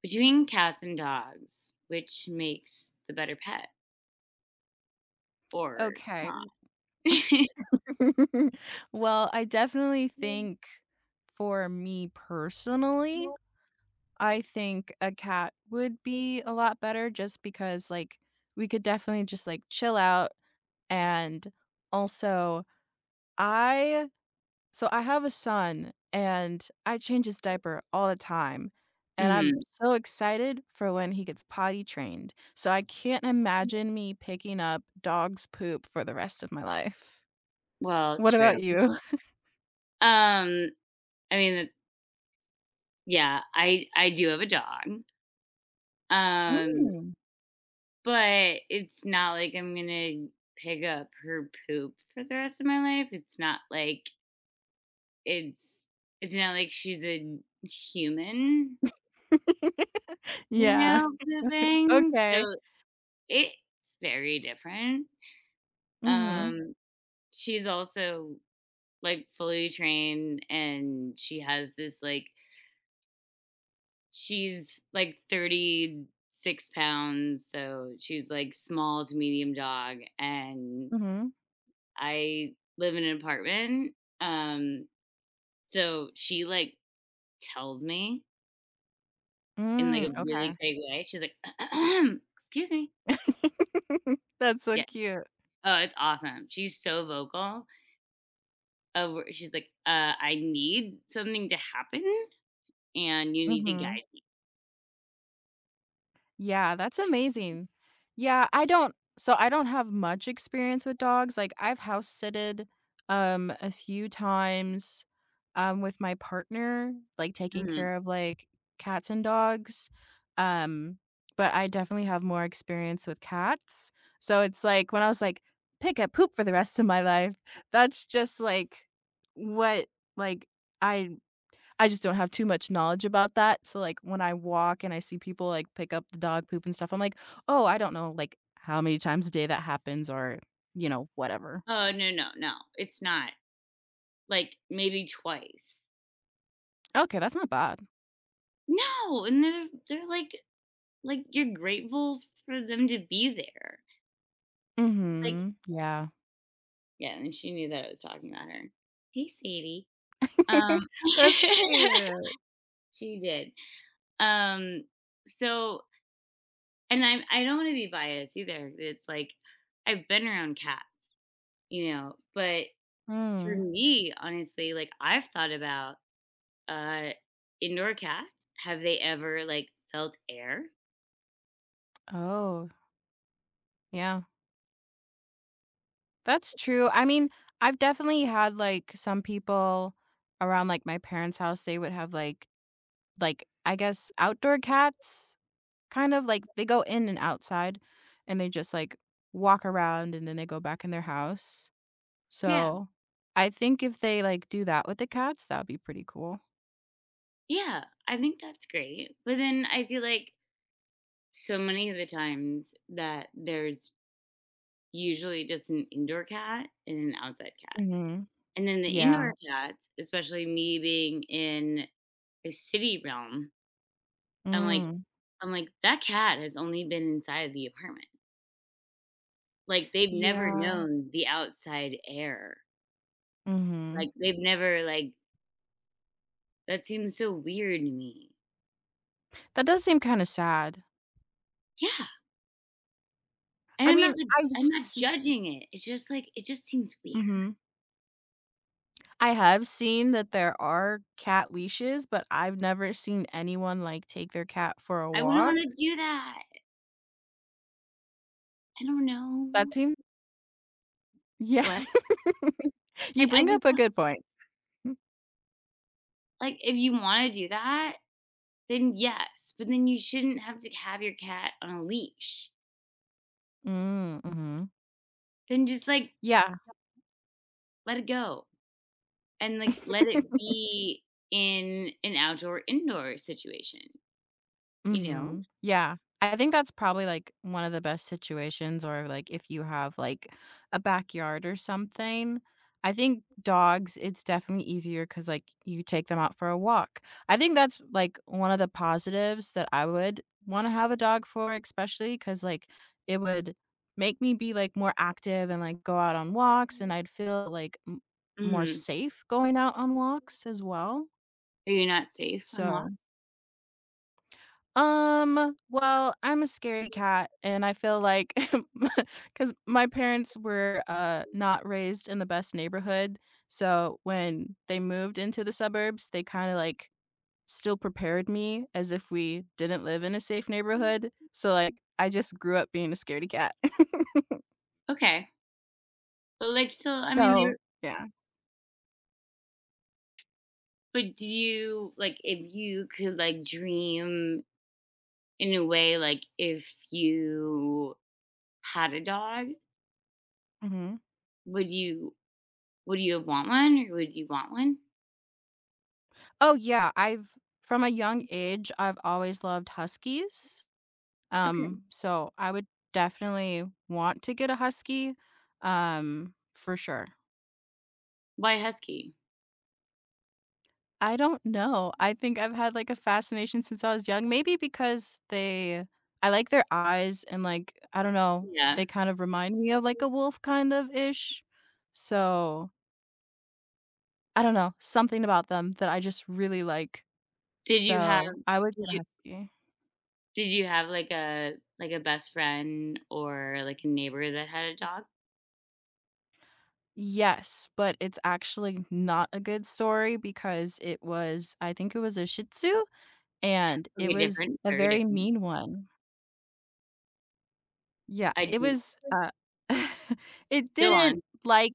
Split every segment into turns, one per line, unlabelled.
Between cats and dogs, which makes the better pet or
Okay.
not?
Well, I definitely think for me personally, I think a cat would be a lot better just because, we could definitely just, chill out. And also, I so I have a son and I change his diaper all the time. And I'm
Mhm.
so excited for when he gets potty trained. So I can't imagine me picking up dog's poop for the rest of my life.
Well,
What
true.
about you?
Um, I mean, it yeah, I do have a dog, um,
Mm.
but it's not like I'm gonna pick up her poop for the rest of my life. It's not like it's it's not like she's a human, you know,
Yeah.
the thing,
Okay.
so it's very different.
Mhm.
Um, she's also like fully trained and she has this like she's like 36 pounds, so she's like small to medium dog, and
Mhm.
I live in an apartment, um so she like tells me in like
Mm,
a really
okay.
great way. She's like excuse me.
That's so
Yes.
cute.
Oh, it's awesome, she's so vocal of where she's like, I need something to happen and you need to
Mhm.
guide.
Yeah, that's amazing. Yeah, I don't so I don't have much experience with dogs. Like I've house sitted a few times with my partner, like taking
Mhm.
care of like cats and dogs. Um but I definitely have more experience with cats. So it's like when I was like pick up poop for the rest of my life, that's just what like I I just don't have too much knowledge about that, so, like, when I walk and I see people, like, pick up the dog poop and stuff, I'm like, "Oh, I don't know, like, how many times a day that happens or, whatever."
Oh, no, no, no, it's not. Like, maybe twice.
Okay, that's not bad.
No, and they're like, you're grateful for them to be there. Like,
Mhm. Yeah.
yeah, and she knew that I was talking about her. "Hey, Sadie." Um.
That's cute.
She did. Um, so and I don't wanna be biased either. It's like, I've been around cats, you know? But for
Mm.
me, honestly, like, I've thought about, uh, indoor cats. Have they ever, like, felt air?
Oh, yeah. That's true. I mean, I've definitely had, like, some people around, like, my parents' house, they would have, I guess, outdoor cats? Kind of like they go in and outside, and they just, like, walk around, and then they go back in their house.
Yeah.
So, I think if they, like, do that with the cats, that'd be pretty cool.
Yeah, I think that's great. But then I feel like so many of the times that there's usually just an indoor cat and an outside cat.
Mhm.
And then the
Yeah.
indoor cats, especially me being in a city realm, I'm like
Mm.
I'm like, that cat has only been inside of the apartment. Like, they've never
Yeah.
known the outside air.
Mhm.
Like they've never like That seems so weird to me.
That does seem kinda sad.
Yeah. And
I
I'm
mean,
not like
I've
I'm not
s
judging it. It's just like, it just seems weird.
Mhm. I have seen that there are cat leashes, but I've never seen anyone, like, take their cat for a
I wouldn't
walk.
wanna do that. I don't know.
That seems Yeah.
What?
You
Like, I
bring
just
up a
don't
good point. Hmm.
like, if you wanna do that, then yes, but then you shouldn't have to have your cat on a leash.
Mm, mhm.
Then just, like,
Yeah.
let it go and, like, let it be in an outdoor-indoor situation. You know?
Mhm. Yeah. I think that's probably, like, one of the best situations or, like, if you have, like, a backyard or something. I think dogs, it's definitely easier because like, you take them out for a walk. I think that's, like, one of the positives that I would wanna have a dog for, especially because like, it would make me be, like, more active and, like, go out on walks, and I'd feel, like, m more
Mhm.
safe going out on walks as well.
Are you not safe on
So
walks?
well, I'm a scary cat, and I feel like, because my parents were, not raised in the best neighborhood, so when they moved into the suburbs, they kinda, like, still prepared me as if we didn't live in a safe neighborhood, so, like, I just grew up being a scaredy cat.
Okay. But, like, still, I mean,
So
you
yeah.
but do you like, if you could, like, dream in a way, like, if you had a dog,
Mhm.
would you would you want one, or would you want one?
Oh, yeah, I've from a young age, I've always loved huskies.
Okay.
So I would definitely want to get a husky, for sure.
Why husky?
I don't know. I think I've had like a fascination since I was young. Maybe because they I like their eyes and like I don't know,
Yeah.
they kind of remind me of like a wolf kind of ish. So I don't know, something about them that I just really like.
Did you have
So I would
did
get a
you
husky.
did you have, like, a a best friend, or, like, a neighbor that had a dog?
Yes, but it's actually not a good story because it was I think it was a Shih Tzu. And it
Okay,
was
different,
a
very
very
different.
mean one. Yeah,
I
it
do.
was, it
Go on.
didn't like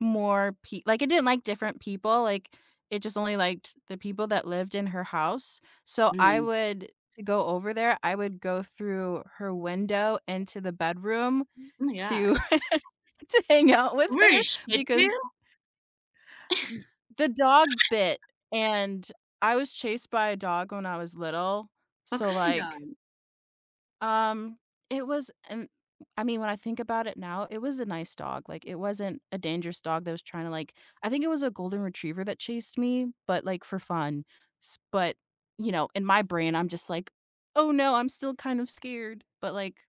more pe like, it didn't like different people, like, it just only liked the people that lived in her house, so I
Mhm.
would to go over there, I would go through her window into the bedroom
Oh my
to
gosh.
to hang out with
Were a
her
Shih Tzu?
because y the dog bit, and I was chased by a dog when I was little,
What
so,
kind of
like,
dog?
Um, it was and I mean, when I think about it now, it was a nice dog, like, it wasn't a dangerous dog that was trying to, like I think it was a golden retriever that chased me, but, like, for fun. S but, you know, in my brain, I'm just like, "Oh no, I'm still kind of scared," but, like,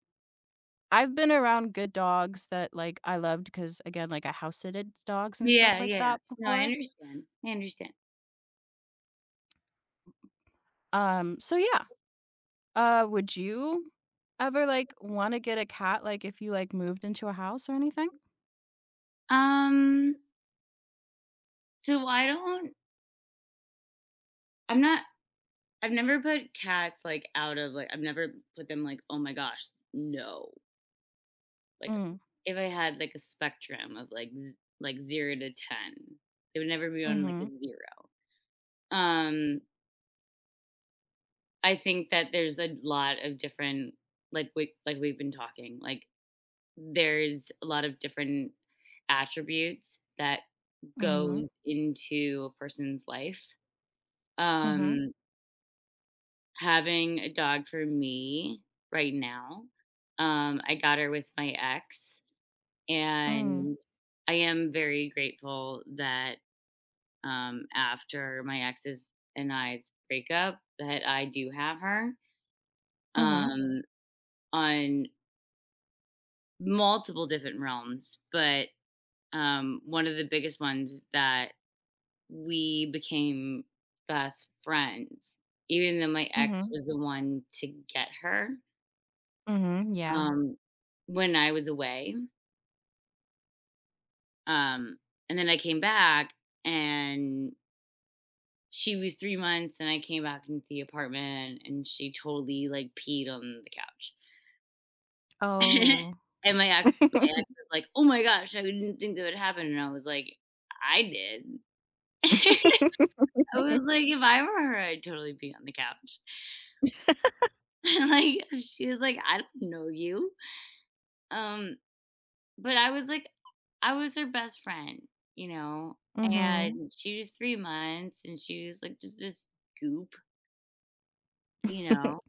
I've been around good dogs that, like, I loved because again, like, I house-sitted dogs and stuff
Yeah,
like
yeah, yeah.
that
No, I
before.
understand. I understand.
So yeah. Would you ever, like, wanna get a cat, like, if you, like, moved into a house or anything?
Um, so I don't I'm not I've never put cats, like, out of, like, I've never put them like, "Oh my gosh, no." Like,
Mm,
if I had like a spectrum of like 0 to 10, it would never be on like
mhm.
a 0. Um, I think that there's a lot of different we've been talking. Like, there's a lot of different attributes that
Mhm,
goes into a person's life.
mhm,
Um, having a dog for me right now. Um, I got her with my ex,
mm,
and I am very grateful that, after my ex's and I's breakup, that I do have her,
mhm,
um, on multiple different realms. But, one of the biggest ones, that we became best friends, even though my ex
mhm,
was the one to get her,
mhm, yeah.
um, when I was away. Um, and then I came back, and she was 3 months, and I came back into the apartment, and she totally like peed on the couch.
Oh.
And my ex was like, "Oh my gosh, I didn't think that would happen," and I was like, "I did." I was like, "If I were her, I'd totally be on the couch." And, like, she was like, "I don't know you." Um, but I was like, I was her best friend, you know,
Mhm.
and she was 3 months, and she was, like, just this goop, you know?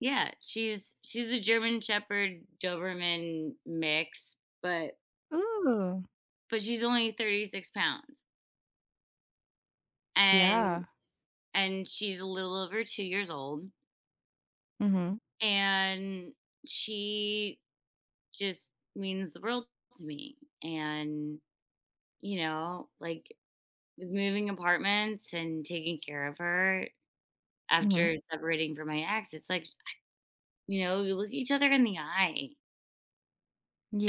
Yeah, she's a German Shepherd Doberman mix, but
Ooh,
but she's only 36 pounds. and
yeah.
and she's a little over 2 years old,
Mhm,
and she just means the world to me, and, you know, like, with moving apartments and taking care of her
mhm.
after separating from my ex, it's like, you know, we look each other in the eye,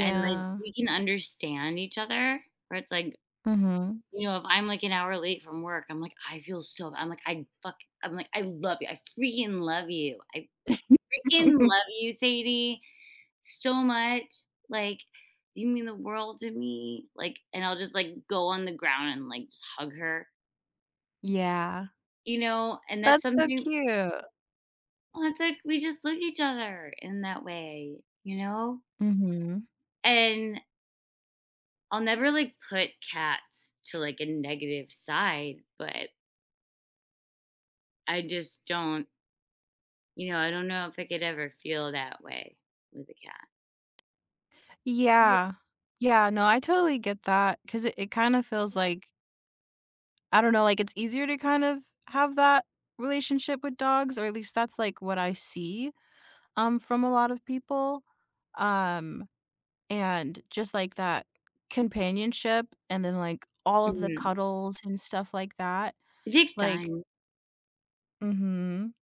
and, like, we can understand each other, where it's like,
Mhm.
you know, if I'm, like, an hour late from work, I'm like, "I feel so bad." I'm like, "I fuck" I'm like, "I love you. I freaking love you. I freaking love you, Sadie, so much. Like, you mean the world to me." Like, and I'll just like go on the ground and like just hug her,
Yeah.
you know? And that's
That's so
something.
cute.
Well, it's like we just look at each other in that way, you know?
Mhm.
And I'll never like put cats to like a negative side, but I just don't, you know, I don't know if I could ever feel that way with a cat.
Yeah. Yeah, no, I totally get that because it kinda feels like I don't know, like, it's easier to kind of have that relationship with dogs, or at least that's, like, what I see, from a lot of people. Um And just, like, that companionship and then, like, all of the
Mhm.
cuddles and stuff like that,
It takes
like
time.
Mhm.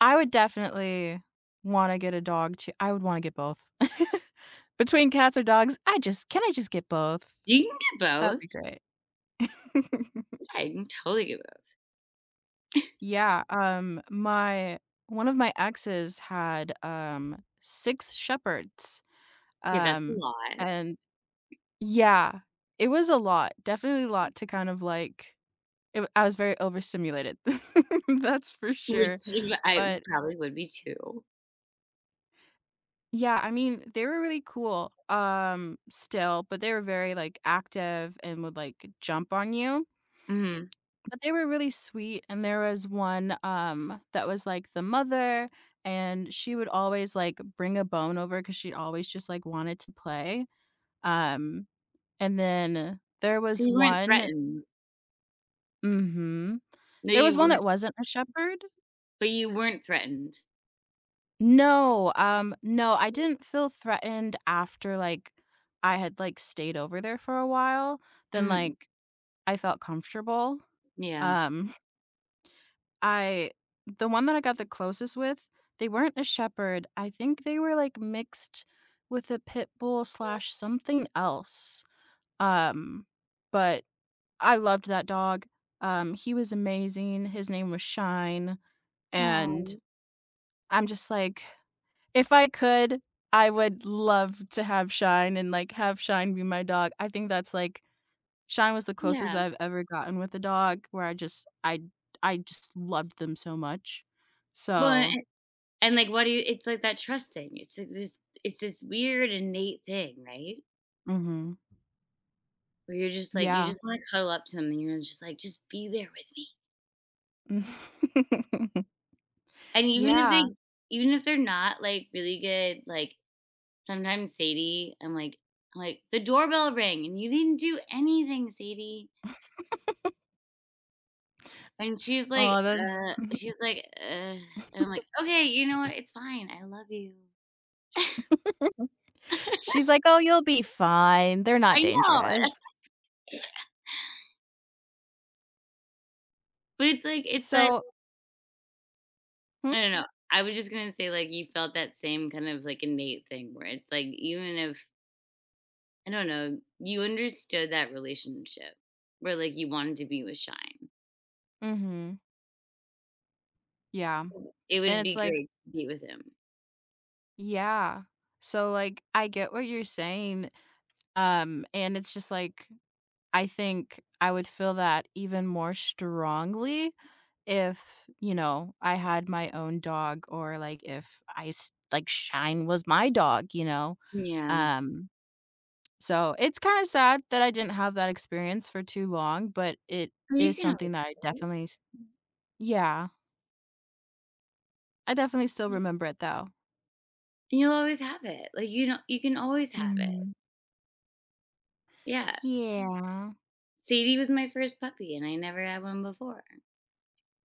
I would definitely wanna get a dog too. I would wanna get both. Between cats or dogs, I just can I just get both?
You can get
That'd
both.
be great.
Yeah, you can totally get.
Yeah, my one of my exes had, 6 shepherds,
Yeah, that's a
um,
lot,
and yeah, it was a lot, definitely a lot to kind of, like It I was very overstimulated. That's for
which
sure.
you I
But,
probably would be too.
yeah, I mean, they were really cool, still, but they were very, like, active and would, like, jump on you.
Mhm.
But they were really sweet, and there was one, that was, like, the mother, and she would always, like, bring a bone over because she always just, like, wanted to play. Um, and then there
So
was
you weren't
one
threatened.
Mhm.
No,
There
you
was one that
weren't
wasn't a shepherd.
but you weren't threatened.
No, no, I didn't feel threatened after, like, I had, like, stayed over there for a while, then,
Mhm.
like, I felt comfortable.
Yeah.
Um, I The one that I got the closest with, they weren't a shepherd, I think they were, like, mixed with a pit bull slash something else. Um, but I loved that dog. He was amazing, his name was Shine, and
Oh,
I'm just like If I could, I would love to have Shine and, like, have Shine be my dog. I think that's, like Shine was the closest
yeah.
I've ever gotten with a dog where I just loved them so much.
Well,
So
and, like, what do you it's like that trust thing. It's like this it's this weird innate thing, right?
Mhm.
Where you're just like you
Yeah.
just wanna cuddle up to them, and you're just like, "Just be there with me." And even if they
Yeah.
even if they're not, like, really good, like, sometimes Sadie, I'm like "The doorbell rang and you didn't do anything, Sadie." And
Oh, that
She's like, and I'm like, "Okay, you know what? It's fine. I love you."
she's like, "Oh, you'll be fine. They're not
I know,
dangerous."
but it's like
So
I don't know. I was just gonna say, like, you felt that same kind of, like, innate thing where it's like, even if I don't know, you understood that relationship where, like, you wanted to be with Shine.
Mhm. Yeah,
'Cause it
and
would be
it's like
great to be with him.
yeah. So, like, I get what you're saying, and it's just like, I think I would feel that even more strongly if, you know, I had my own dog or, like, if I s like, Shine was my dog, you know?
Yeah.
Um So, it's kinda sad that I didn't have that experience for too long, but it
Well, you
is
can always
something that I
have it.
definitely s Yeah, I definitely still
Just-
remember it though.
You'll always have it. Like, you know you can always have it.
Mhm.
Yeah.
Yeah.
Sadie was my first puppy, and I never had one before.